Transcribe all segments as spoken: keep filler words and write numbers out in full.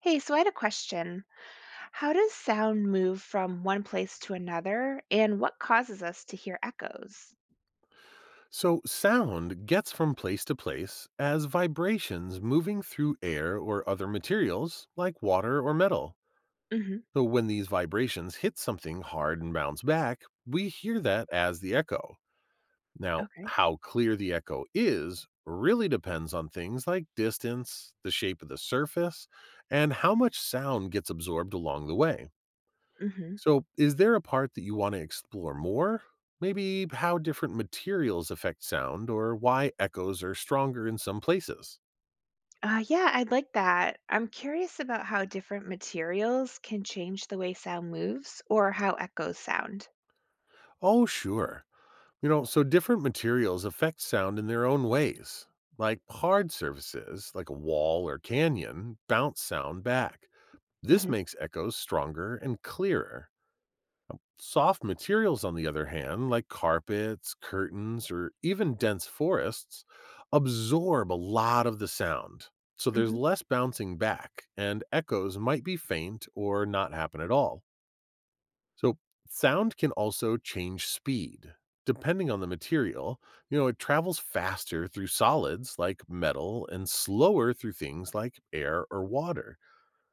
Hey, so I had a question. How does sound move from one place to another, and what causes us to hear echos? So, sound gets from place to place as vibrations moving through air or other materials like water or metal. Hmm. So, when these vibrations hit something hard and bounce back, we hear that as the echo. Now, Okay. how clear the echo is really depends on things like distance, the shape of the surface, and how much sound gets absorbed along the way. Hmm. So, is there a part that you want to explore more? Maybe how different materials affect sound or why echoes are stronger in some places? Uh, yeah, I'd like that. I'm curious about how different materials can change the way sound moves or how echoes sound. Oh, sure. You know, so different materials affect sound in their own ways. Like hard surfaces, like a wall or canyon, bounce sound back. This Hmm. makes echoes stronger and clearer. Soft materials, on the other hand, like carpets, curtains, or even dense forests, absorb a lot of the sound. So there's Hmm. less bouncing back, and echoes might be faint or not happen at all. So sound can also change speed. Depending on the material, you know, it travels faster through solids like metal and slower through things like air or water.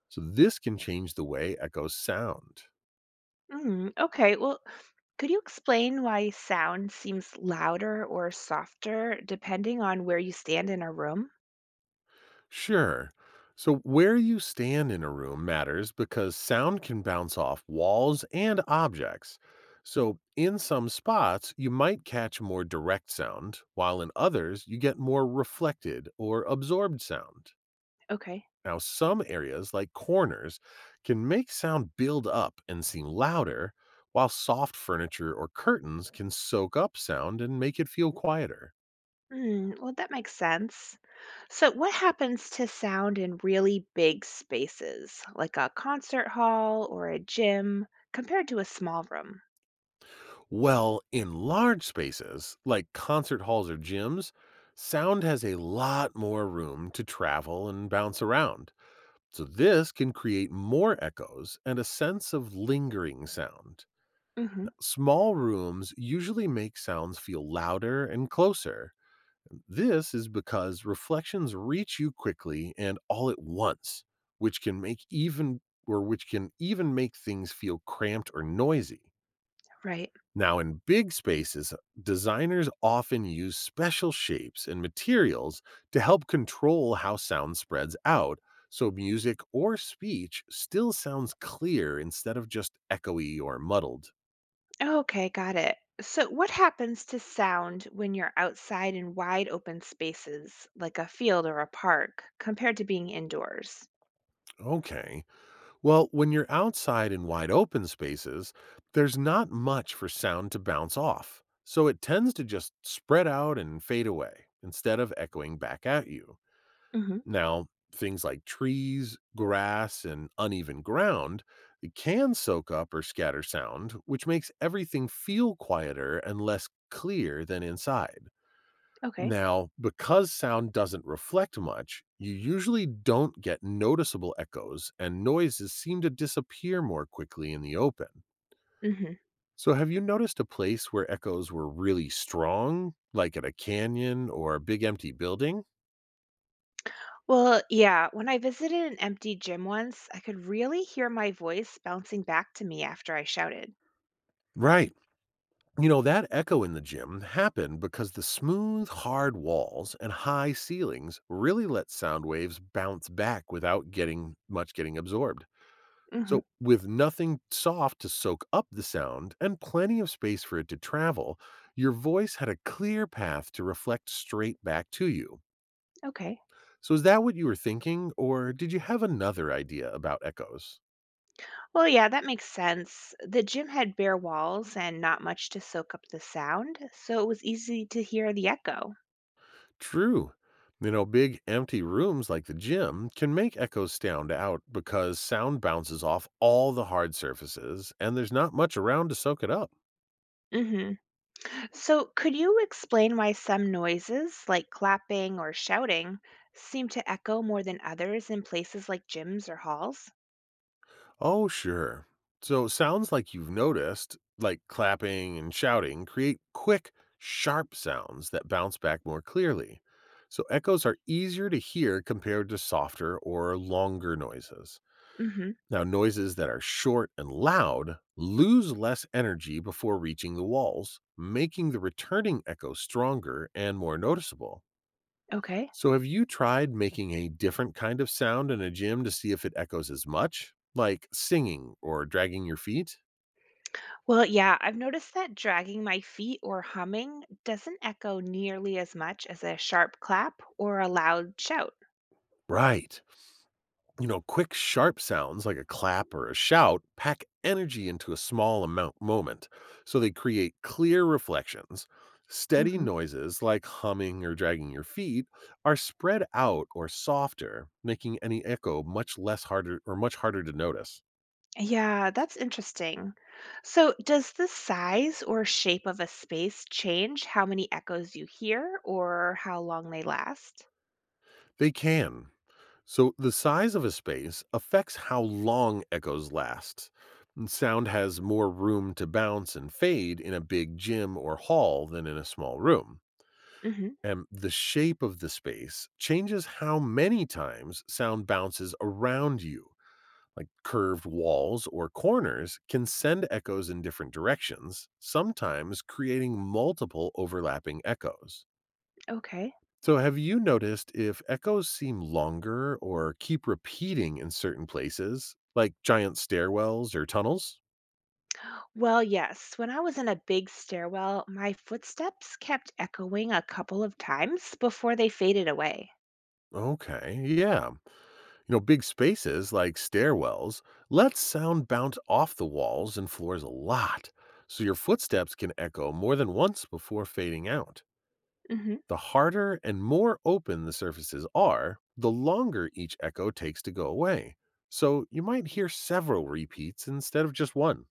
So this can change the way echoes sound. Mm. Okay, well, could you explain why sound seems louder or softer depending on where you stand in a room? Sure. So where you stand in a room matters because sound can bounce off walls and objects. So in some spots, you might catch more direct sound, while in others, you get more reflected or absorbed sound. Okay. Now, some areas like corners can make sound build up and seem louder, while soft furniture or curtains can soak up sound and make it feel quieter. Mm, well, that makes sense. So, what happens to sound in really big spaces, like a concert hall or a gym, compared to a small room? Well, in large spaces, like concert halls or gyms, sound has a lot more room to travel and bounce around. So, this can create more echoes and a sense of lingering sound. Hmm. Small rooms usually make sounds feel louder and closer. This is because reflections reach you quickly and all at once, which can make even or which can even make things feel cramped or noisy. Right. Now, in big spaces, designers often use special shapes and materials to help control how sound spreads out so music or speech still sounds clear instead of just echoey or muddled. Okay, got it. So, what happens to sound when you're outside in wide open spaces, like a field or a park, compared to being indoors? Okay, well, when you're outside in wide open spaces, there's not much for sound to bounce off, so it tends to just spread out and fade away instead of echoing back at you. Hmm. Now, things like trees, grass, and uneven ground can soak up or scatter sound, which makes everything feel quieter and less clear than inside. Okay. Now, because sound doesn't reflect much, you usually don't get noticeable echoes, and noises seem to disappear more quickly in the open. Hmm. So, have you noticed a place where echoes were really strong, like at a canyon or a big empty building? Well, yeah, when I visited an empty gym once, I could really hear my voice bouncing back to me after I shouted. Right. You know, that echo in the gym happened because the smooth, hard walls and high ceilings really let sound waves bounce back without getting much getting absorbed. Hmm. So, with nothing soft to soak up the sound and plenty of space for it to travel, your voice had a clear path to reflect straight back to you. Okay. So, is that what you were thinking, or did you have another idea about echoes? Well, yeah, that makes sense. The gym had bare walls and not much to soak up the sound, so it was easy to hear the echo. True. You know, big empty rooms like the gym can make echoes stand out because sound bounces off all the hard surfaces and there's not much around to soak it up. Hmm. So, could you explain why some noises, like clapping or shouting, seem to echo more than others in places like gyms or halls? Oh, sure. So, sounds like you've noticed, like clapping and shouting, create quick, sharp sounds that bounce back more clearly. So, echoes are easier to hear compared to softer or longer noises. Hmm. Now, noises that are short and loud lose less energy before reaching the walls, making the returning echo stronger and more noticeable. Okay. So, have you tried making a different kind of sound in a gym to see if it echoes as much, like singing or dragging your feet? Well, yeah, I've noticed that dragging my feet or humming doesn't echo nearly as much as a sharp clap or a loud shout. Right. You know, quick, sharp sounds like a clap or a shout pack energy into a small amount moment, so they create clear reflections. Steady noises like humming or dragging your feet are spread out or softer, making any echo much less harder or much harder to notice. Yeah, that's interesting. So, does the size or shape of a space change how many echoes you hear or how long they last? They can. So the size of a space affects how long echoes last. And sound has more room to bounce and fade in a big gym or hall than in a small room. Hmm. And the shape of the space changes how many times sound bounces around you. Like curved walls or corners can send echoes in different directions, sometimes creating multiple overlapping echoes. Okay. So, have you noticed if echoes seem longer or keep repeating in certain places, like giant stairwells or tunnels? Well, yes. When I was in a big stairwell, my footsteps kept echoing a couple of times before they faded away. Okay, yeah. You know, big spaces like stairwells let sound bounce off the walls and floors a lot, so your footsteps can echo more than once before fading out. Hmm. The harder and more open the surfaces are, the longer each echo takes to go away. So you might hear several repeats instead of just one.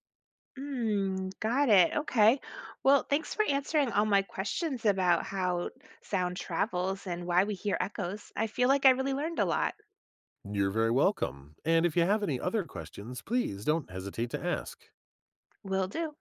Mm, got it. Okay. Well, thanks for answering all my questions about how sound travels and why we hear echoes. I feel like I really learned a lot. You're very welcome. And if you have any other questions, please don't hesitate to ask. Will do.